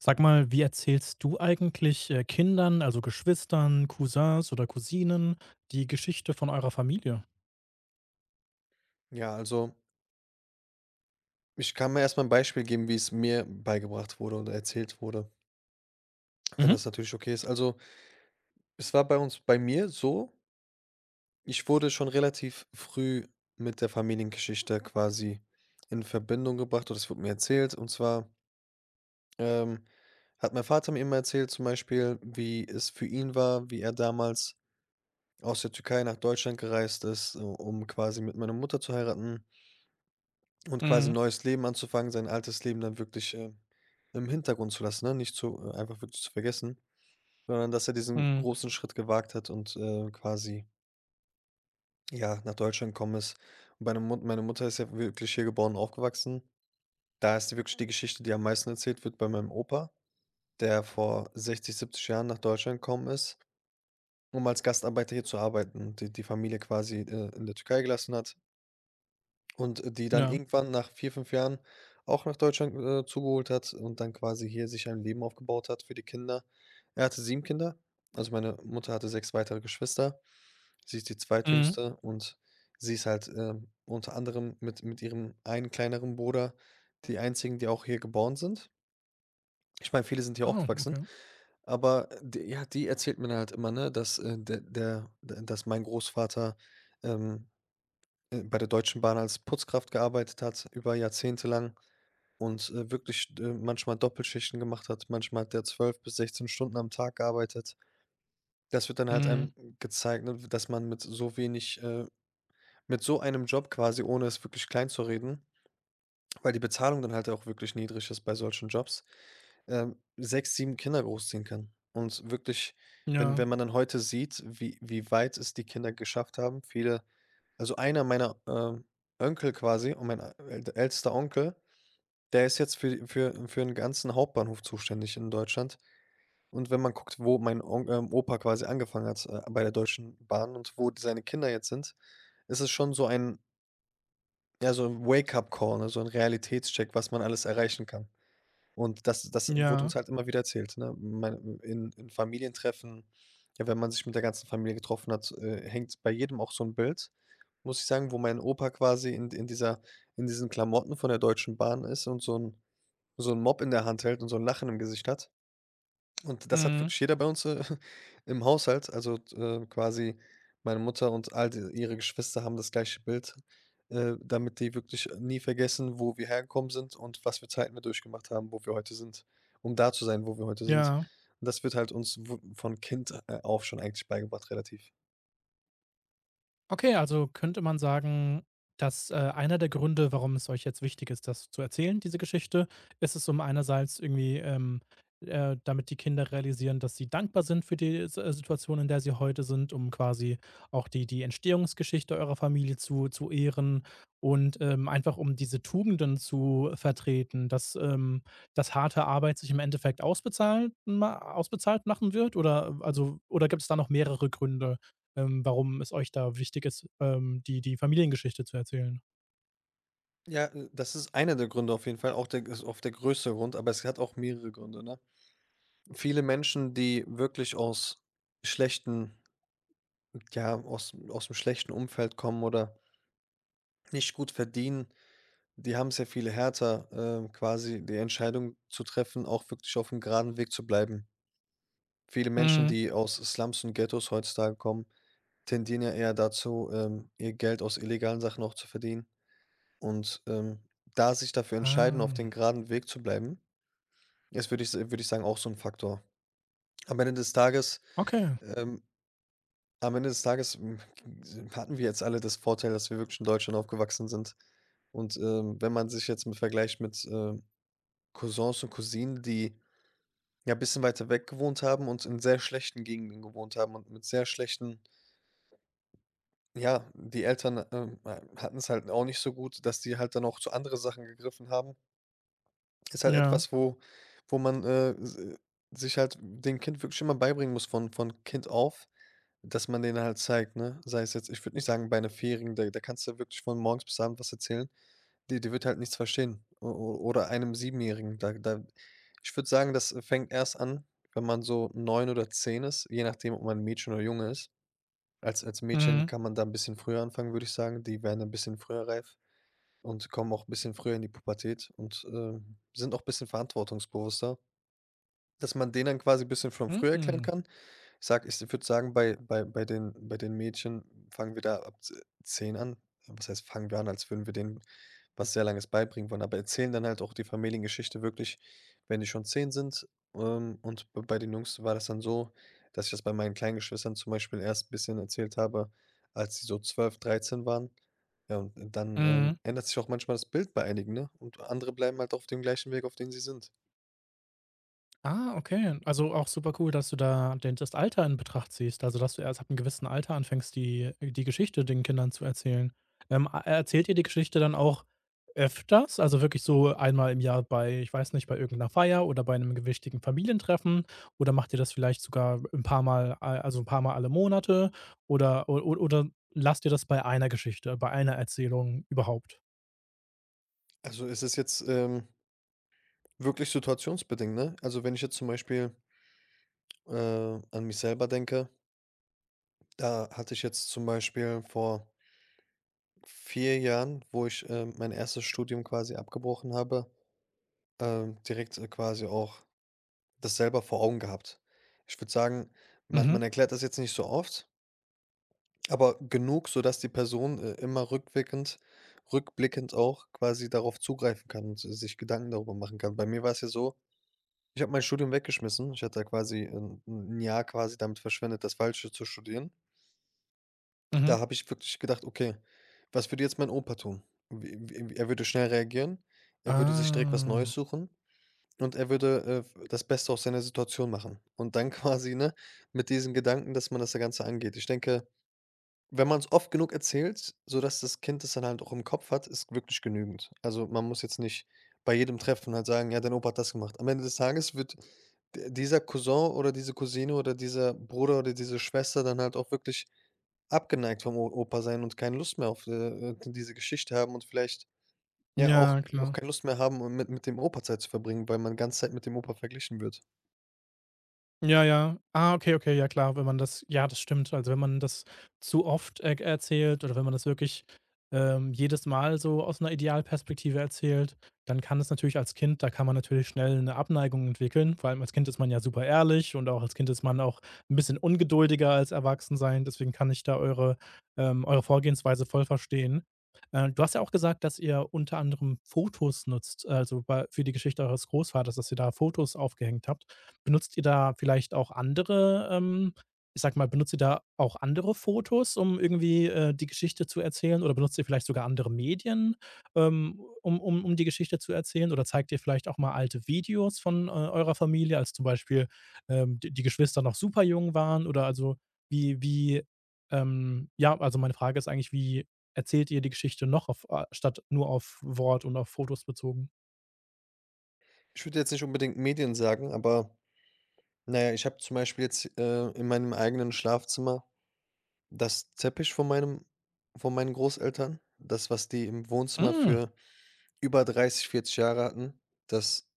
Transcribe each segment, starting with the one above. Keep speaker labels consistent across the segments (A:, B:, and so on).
A: Sag mal, wie erzählst du eigentlich, Kindern, also Geschwistern, Cousins oder Cousinen, die Geschichte von eurer Familie?
B: Ja, also ich kann mir erst mal 'n Beispiel geben, wie es mir beigebracht wurde oder erzählt wurde, wenn
A: Mhm.
B: das natürlich okay ist. Also, es war bei mir so. Ich wurde schon relativ früh mit der Familiengeschichte quasi in Verbindung gebracht oder es wurde mir erzählt. Und zwar, ähm, hat mein Vater mir immer erzählt zum Beispiel, wie es für ihn war, wie er damals aus der Türkei nach Deutschland gereist ist, u um quasi mit meiner Mutter zu heiraten. Und quasi 'n
A: Mhm.
B: neues Leben anzufangen, sein altes Leben dann wirklich, im Hintergrund zu lassen, ne? Nicht zu einfach wirklich zu vergessen, sondern dass er diesen
A: Mhm.
B: großen Schritt gewagt hat und, quasi, ja, nach Deutschland gekommen ist. Und meine Mutter ist ja wirklich hier geboren und aufgewachsen. Da ist die wirklich die Geschichte, die am meisten erzählt wird, bei meinem Opa, der vor 60, 70 Jahren nach Deutschland gekommen ist, um als Gastarbeiter hier zu arbeiten, die Familie quasi, in der Türkei gelassen hat. Und die dann
A: Ja.
B: irgendwann nach 4 5 Jahren auch nach Deutschland, zugeholt hat und dann quasi hier sich ein Leben aufgebaut hat für die Kinder. Er hatte 7 Kinder, also meine Mutter hatte 6 weitere Geschwister. Sie ist die
A: Mhm.
B: zweitjüngste und sie ist halt, unter anderem mit ihrem einen kleineren Bruder die einzigen, die auch hier geboren sind. Ich meine, viele sind hier
A: Oh,
B: aufgewachsen,
A: okay.
B: aber d ja, die erzählt mir dann halt immer, ne, dass, der der d dass mein Großvater, ähm bei der Deutschen Bahn als Putzkraft gearbeitet hat, über Jahrzehnte lang und, wirklich, manchmal Doppelschichten gemacht hat. Manchmal hat der 12 bis 16 Stunden am Tag gearbeitet. Das wird dann halt
A: Mhm.
B: einem gezeigt, ne, dass man mit so wenig mit so einem Job quasi, ohne es wirklich klein zu reden, weil die Bezahlung dann halt auch wirklich niedrig ist bei solchen Jobs, 6, 7 Kinder großziehen kann. Und wirklich, wenn
A: Ja.
B: man dann heute sieht, wie weit es die Kinder geschafft haben. Viele, also einer meiner, Enkel quasi, und mein äl ältester Onkel, der ist jetzt für 'n ganzen Hauptbahnhof zuständig in Deutschland. Und wenn man guckt, wo mein On Opa quasi angefangen hat, bei der Deutschen Bahn und wo seine Kinder jetzt sind, ist es schon so ein ja, so ein Wake-up-Call, ne, so 'n Realitätscheck, was man alles erreichen kann. Und das wurde
A: Ja.
B: uns halt immer wieder erzählt, ne? Meine in Familientreffen, ja, wenn man sich mit der ganzen Familie getroffen hat, hängt bei jedem auch so ein Bild, muss ich sagen, wo mein Opa quasi in diesen Klamotten von der Deutschen Bahn ist und so ein Mopp in der Hand hält und so ein Lachen im Gesicht hat. Und das hat
A: Mhm.
B: wirklich jeder bei uns, im Haushalt. Also, quasi, meine Mutter und all d ihre Geschwister haben das gleiche Bild, damit die wirklich nie vergessen, wo wir hergekommen sind und was für Zeiten wir durchgemacht haben, wo wir heute sind, um da zu sein, wo wir heute sind.
A: Ja.
B: Und das wird halt uns w von Kind, auf schon eigentlich beigebracht, relativ.
A: Okay, also könnte man sagen, dass einer der Gründe, warum es euch jetzt wichtig ist, das zu erzählen, diese Geschichte, ist es um einerseits irgendwie, damit die Kinder realisieren, dass sie dankbar sind für die Situation, in der sie heute sind, um quasi auch die Entstehungsgeschichte eurer Familie zu ehren und einfach um diese Tugenden zu vertreten, dass harte Arbeit sich im Endeffekt ausbezahlt machen wird? Oder, also, oder gibt es da noch mehrere Gründe? Warum es euch da wichtig ist, die Familiengeschichte zu erzählen.
B: Ja, das ist einer der Gründe auf jeden Fall, auch der ist oft der größte Grund, aber es hat auch mehrere Gründe, ne? Viele Menschen, die wirklich aus schlechten ja, aus dem schlechten Umfeld kommen oder nicht gut verdienen, die haben's ja viel härter, quasi die Entscheidung zu treffen, auch wirklich auf dem geraden Weg zu bleiben. Viele Menschen,
A: Mhm.
B: die aus Slums und Ghettos heutzutage kommen, tendieren ja eher dazu, ihr Geld aus illegalen Sachen auch zu verdienen. Und, da sich dafür entscheiden, auf
A: Ah,
B: den geraden Weg zu bleiben, ist, würde ich sagen, auch so ein Faktor. Am Ende des
A: okay.
B: ähm, Tages, hatten wir jetzt alle das Vorteil, dass wir wirklich in Deutschland aufgewachsen sind. Und, wenn man sich jetzt mit vergleicht mit, Cousins und Cousinen, die ja ein bisschen weiter weg gewohnt haben und in sehr schlechten Gegenden gewohnt haben und mit sehr schlechten ja, die Eltern, ha hatten's halt auch nicht so gut, dass die halt dann auch zu andere Sachen gegriffen haben. Ist halt
A: Ja.
B: etwas, wo man, s sich halt dem Kind wirklich immer beibringen muss von Kind auf, dass man denen halt zeigt, ne? Sei es jetzt, ich würde nicht sagen, bei einer Ferien, da kannst du wirklich von morgens bis abends was erzählen. Die wird halt nichts verstehen, o o oder einem Siebenjährigen. Da da ich würde sagen, das fängt erst an, wenn man so 9 oder 10 ist, je nachdem, ob man ein Mädchen oder Junge ist. Als Mädchen
A: Mhm.
B: kann man da ein bisschen früher anfangen, würde ich sagen. Die werden ein bisschen früher reif und kommen auch ein bisschen früher in die Pubertät und, sind auch ein bisschen verantwortungsbewusster. Dass man denen dann quasi ein bisschen schon früh erklären
A: Mhm.
B: kann. Sag, ich würde sagen, bei den Mädchen fangen wir da ab ze 10 an. Was heißt, fangen wir an, als würden wir denen was sehr Langes beibringen wollen, aber erzählen dann halt auch die Familiengeschichte wirklich, wenn die schon 10 sind. Und b bei den Jungs war das dann so, dass ich das bei meinen kleinen Geschwistern zum Beispiel erst ein bisschen erzählt habe, als sie so 12, 13 waren. Ja, und dann,
A: Mhm.
B: ändert sich auch manchmal das Bild bei einigen, ne? Und andere bleiben halt auf dem gleichen Weg, auf den sie sind.
A: Ah, okay. Also auch super cool, dass du da den das Alter in Betracht ziehst. Also, dass du erst ab einem gewissen Alter anfängst, die Geschichte den Kindern zu erzählen. A Erzählt ihr die Geschichte dann auch öfters? Also wirklich so einmal im Jahr bei ich weiß nicht, bei irgendeiner Feier oder bei einem gewichtigen Familientreffen? Oder macht ihr das vielleicht sogar 'n paarmal a also ein paar Mal alle Monate? Oder oder lasst ihr das bei einer Geschichte, bei einer Erzählung überhaupt?
B: Also, es ist jetzt, wirklich situationsbedingt, ne? Also, wenn ich jetzt zum Beispiel, äh, an mich selber denke, da hatte ich jetzt zum Beispiel vor 4 Jahren, wo ich, mein erstes Studium quasi abgebrochen habe, direkt, quasi auch das selber vor Augen gehabt. Ich würde sagen, man
A: Mhm,
B: erklärt das jetzt nicht so oft, aber genug, sodass die Person, immer rückwirkend rückblickend auch quasi darauf zugreifen kann und si sich Gedanken darüber machen kann. Bei mir war es ja so, ich habe mein Studium weggeschmissen. Ich hatte da quasi ein 'n Jahr quasi damit verschwendet, das Falsche zu studieren. Da
A: mhm.
B: habe ich wirklich gedacht: „Okay, was würde jetzt mein Opa tun?“ Wie wie er würde schnell reagieren, er würde sich direkt was Neues
A: Ah.
B: suchen und er würde, das Beste aus seiner Situation machen. Und dann quasi, ne, mit diesen Gedanken, dass man das, Ganze angeht. Ich denke, wenn man es oft genug erzählt, sodass das Kind das dann halt auch im Kopf hat, ist wirklich genügend. Also, man muss jetzt nicht bei jedem Treffen halt sagen: „Ja, dein Opa hat das gemacht.“ Am Ende des Tages wird d dieser Cousin oder diese Cousine oder dieser Bruder oder diese Schwester dann halt auch wirklich abgeneigt vom O Opa sein und keine Lust mehr auf, diese Geschichte haben und vielleicht, ja, auch
A: Ja, klar.
B: keine Lust mehr haben, um mit dem Opa Zeit zu verbringen, weil man ganze Zeit mit dem Opa verglichen wird.
A: Ja, ja. Ah, okay, okay, ja klar, wenn man das ja, das stimmt. Also, wenn man das zu oft e erzählt oder wenn man das wirklich, jedes Mal so aus einer Idealperspektive erzählt, dann kann es natürlich als Kind da kann man natürlich schnell eine Abneigung entwickeln. Vor allem als Kind ist man ja super ehrlich und auch als Kind ist man auch ein bisschen ungeduldiger als Erwachsensein. Deswegen kann ich da eure Vorgehensweise voll verstehen. Du hast ja auch gesagt, dass ihr unter anderem Fotos nutzt, also, bei für die Geschichte eures Großvaters, dass ihr da Fotos aufgehängt habt. Benutzt ihr da vielleicht auch andere ich sage mal, benutzt ihr da auch andere Fotos, um irgendwie, die Geschichte zu erzählen, oder benutzt ihr vielleicht sogar andere Medien, um die Geschichte zu erzählen, oder zeigt ihr vielleicht auch mal alte Videos von, eurer Familie, als zum Beispiel, d die Geschwister noch super jung waren, oder also wie, ja, also meine Frage ist eigentlich, wie erzählt ihr die Geschichte noch auf a statt nur auf Wort und auf Fotos bezogen?
B: Ich würde jetzt nicht unbedingt Medien sagen, aber naja, ich habe zum Beispiel jetzt, in meinem eigenen Schlafzimmer. Das Teppich von meinen Großeltern, das, was die im Wohnzimmer
A: Hm.
B: für über 30, 40 Jahre hatten, das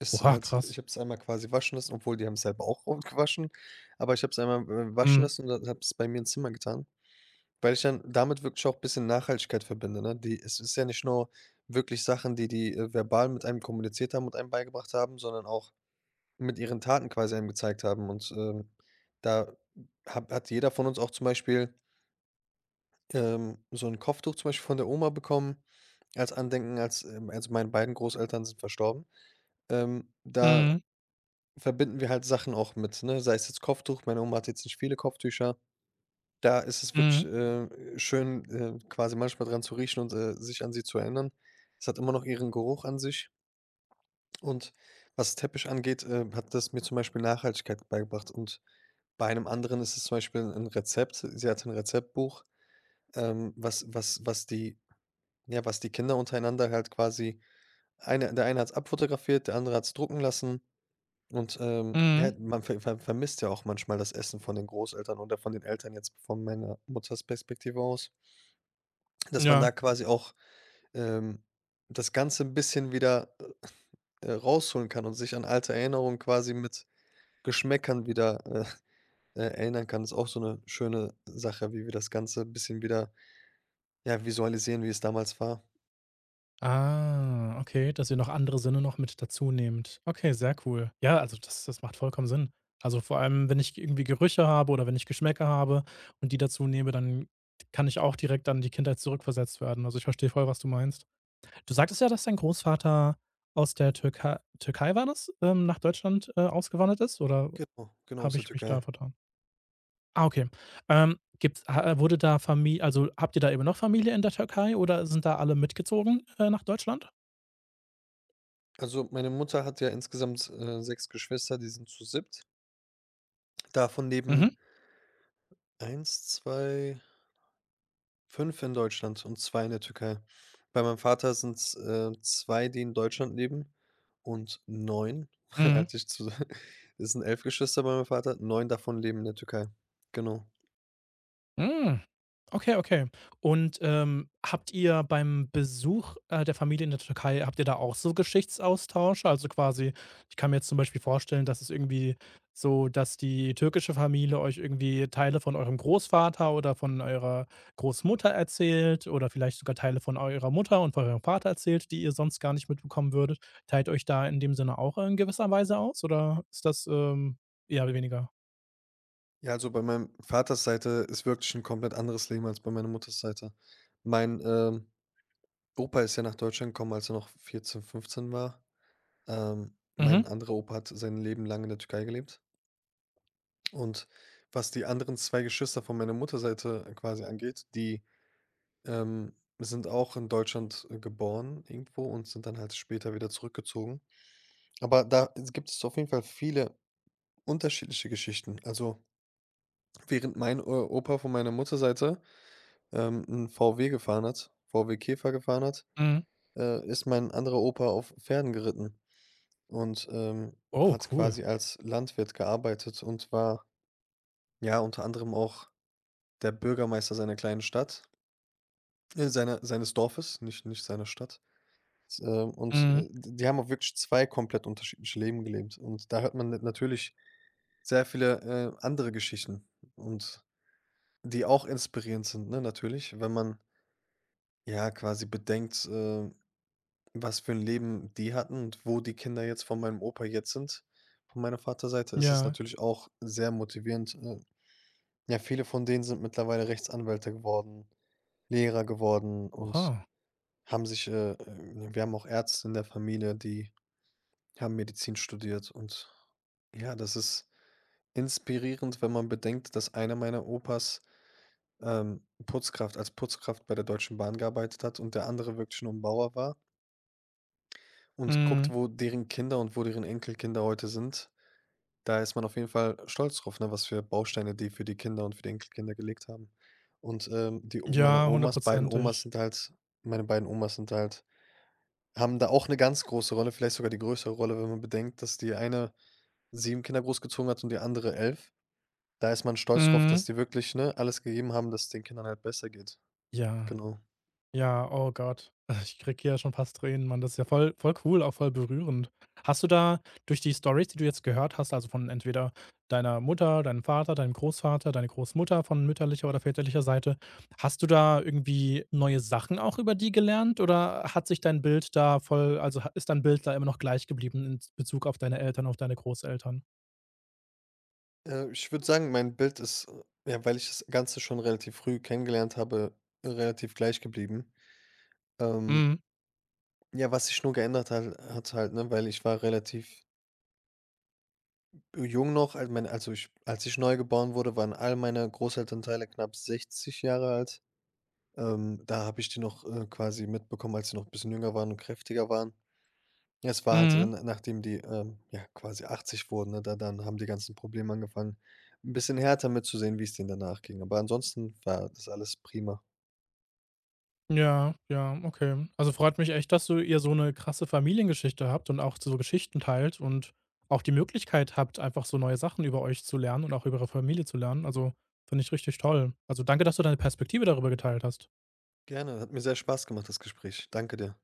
B: ist
A: Oha,
B: halt, ich
A: krass.
B: habe es einmal quasi waschen lassen, obwohl die haben es selber auch gewaschen, aber ich habe es einmal, waschen
A: Mhm.
B: lassen und habe es bei mir ins Zimmer getan, weil ich dann damit wirklich auch ein bisschen Nachhaltigkeit verbinde, ne? Die es ist ja nicht nur wirklich Sachen, die die, verbal mit einem kommuniziert haben und einem beigebracht haben, sondern auch mit ihren Taten quasi einem gezeigt haben und, da hab hat jeder von uns auch zum Beispiel, so ein Kopftuch zum Beispiel von der Oma bekommen als Andenken, also, meine beiden Großeltern sind verstorben. Da
A: Mhm.
B: verbinden wir halt Sachen auch mit, ne? Sei es jetzt Kopftuch, meine Oma hat jetzt nicht viele Kopftücher. Da ist es wirklich,
A: Mhm.
B: schön, quasi manchmal dran zu riechen und, sich an sie zu erinnern. Es hat immer noch ihren Geruch an sich. Und was Teppich angeht, hat das mir zum Beispiel Nachhaltigkeit beigebracht. Und bei einem anderen ist es zum Beispiel ein Rezept. Sie hatte ein Rezeptbuch, was was was die Ja, was die Kinder untereinander halt quasi eine hat es abfotografiert, der andere hat es drucken lassen und, ja,
A: Mhm.
B: man vermisst ja auch manchmal das Essen von den Großeltern oder von den Eltern jetzt von meiner Mutters Perspektive aus, dass man da
A: Ja.
B: quasi auch, ähm, das Ganze ein bisschen wieder, rausholen kann und sich an alte Erinnerungen quasi mit Geschmäckern wieder, erinnern kann. Ist auch so eine schöne Sache, wie wir das Ganze ein bisschen wieder, ja, visualisieren, wie es damals war.
A: Ah, okay, dass ihr noch andere Sinne noch mit dazu nehmt. Okay, sehr cool. Ja, also das macht vollkommen Sinn. Also, vor allem, wenn ich irgendwie Gerüche habe oder wenn ich Geschmäcker habe und die dazu nehme, dann kann ich auch direkt an die Kindheit zurückversetzt werden. Also, ich verstehe voll, was du meinst. Du sagtest ja, dass dein Großvater aus der Türkei war das, nach Deutschland, ausgewandert ist, oder
B: Genau, genau, aus
A: habe
B: der
A: ich mich da
B: Türkei.
A: vertan? Ah, okay. Gibt's ha Wurde da Familie, also, habt ihr da eben noch Familie in der Türkei, oder sind da alle mitgezogen, nach Deutschland?
B: Also, meine Mutter hat ja insgesamt, 6 Geschwister, die sind zu siebt. Davon
A: Mhm,
B: leben eins, 2, 5 in Deutschland und 2 in der Türkei. Bei meinem Vater sind's, 2, die in Deutschland leben und 9.
A: mhm.
B: als ich zu es sind 11 Geschwister bei meinem Vater, 9 davon leben in der Türkei. Genau.
A: Hm. Okay, okay. Und, habt ihr beim Besuch, der Familie in der Türkei, habt ihr da auch so Geschichtsaustausche? Also, quasi ich kann mir jetzt zum Beispiel vorstellen, dass es irgendwie so dass die türkische Familie euch irgendwie Teile von eurem Großvater oder von eurer Großmutter erzählt oder vielleicht sogar Teile von eurer Mutter und von eurem Vater erzählt, die ihr sonst gar nicht mitbekommen würdet. Teilt euch da in dem Sinne auch in gewisser Weise aus, oder ist das, eher weniger?
B: Ja, also, bei meinem Vaters Seite ist wirklich ein komplett anderes Leben als bei meiner Mutters Seite. Mein Opa ist ja nach Deutschland gekommen, als er noch 14, 15 war.
A: Mhm,
B: Mein anderer Opa hat sein Leben lang in der Türkei gelebt. Und was die anderen 2 Geschwister von meiner Mutterseite quasi angeht, die, ähm, sind auch in Deutschland, geboren irgendwo und sind dann halt später wieder zurückgezogen. Aber da gibt es auf jeden Fall viele unterschiedliche Geschichten. Also, während mein, Opa von meiner Mutterseite, 'n VW gefahren hat, VW Käfer gefahren hat,
A: mhm.
B: ist mein anderer Opa auf Pferden geritten und,
A: Oh,
B: hat
A: cool.
B: quasi als Landwirt gearbeitet und war, ja, unter anderem auch der Bürgermeister seiner kleinen Stadt, seiner seines Dorfes, nicht seiner Stadt. S und,
A: Mhm.
B: d die haben auch wirklich 2 komplett unterschiedliche Leben gelebt und da hört man natürlich sehr viele, andere Geschichten und die auch inspirierend sind, ne, natürlich, wenn man, ja, quasi bedenkt, was für ein Leben die hatten und wo die Kinder jetzt von meinem Opa jetzt sind. Von meiner Vaterseite ist es
A: Ja.
B: natürlich auch sehr motivierend. Ja, viele von denen sind mittlerweile Rechtsanwälte geworden, Lehrer geworden und
A: Oha.
B: haben sich, wir haben auch Ärzte in der Familie, die haben Medizin studiert und ja, das ist inspirierend, wenn man bedenkt, dass einer meiner Opas, Putzkraft als Putzkraft bei der Deutschen Bahn gearbeitet hat und der andere wirklich nur ein Bauer war und guckt,
A: Mhm.
B: wo deren Kinder und wo deren Enkelkinder heute sind. Da ist man auf jeden Fall stolz drauf, ne, was für Bausteine die für die Kinder und für die Enkelkinder gelegt haben. Und, die O meine
A: Ja,
B: Omas beiden Omas
A: hundertprozentig.
B: sind halt meine beiden Omas sind halt haben da auch eine ganz große Rolle, vielleicht sogar die größere Rolle, wenn man bedenkt, dass die eine 7 Kinder großgezogen hat und die andere 11. Da ist man stolz drauf, dass
A: Mhm.
B: die wirklich, ne, alles gegeben haben, dass es den Kindern halt besser geht.
A: Ja,
B: Genau.
A: ja, oh Gott. Ich krieg hier schon fast Tränen, Mann. Das ist ja voll cool, auch voll berührend. Hast du da durch die Stories, die du jetzt gehört hast, also von entweder deiner Mutter, deinem Vater, deinem Großvater, deine Großmutter von mütterlicher oder väterlicher Seite, hast du da irgendwie neue Sachen auch über die gelernt, oder hat sich dein Bild da voll also ha ist dein Bild da immer noch gleich geblieben in Bezug auf deine Eltern, auf deine Großeltern?
B: Ich würde sagen, mein Bild ist, ja, weil ich das Ganze schon relativ früh kennengelernt habe, relativ gleich geblieben. Ähm,
A: Mhm.
B: ja, was sich nur geändert hat halt, ne, weil ich war relativ jung noch, als ich neu geboren wurde, waren all meine Großelternteile knapp 60 Jahre alt. Da habe ich die noch, quasi mitbekommen, als sie noch ein bisschen jünger waren und kräftiger waren. Ja, es war halt,
A: Mhm.
B: nachdem die, ja, quasi 80 wurden, ne, da dann haben die ganzen Probleme angefangen, 'n bisschen härter mitzusehen, wie es denen danach ging. Aber ansonsten war das alles prima.
A: Ja, ja, okay. Also, freut mich echt, dass du ihr so eine krasse Familiengeschichte habt und auch so Geschichten teilt und auch die Möglichkeit habt, einfach so neue Sachen über euch zu lernen und auch über eure Familie zu lernen. Also, finde ich richtig toll. Also, danke, dass du deine Perspektive darüber geteilt hast.
B: Gerne, hat mir sehr Spaß gemacht, das Gespräch. Danke dir.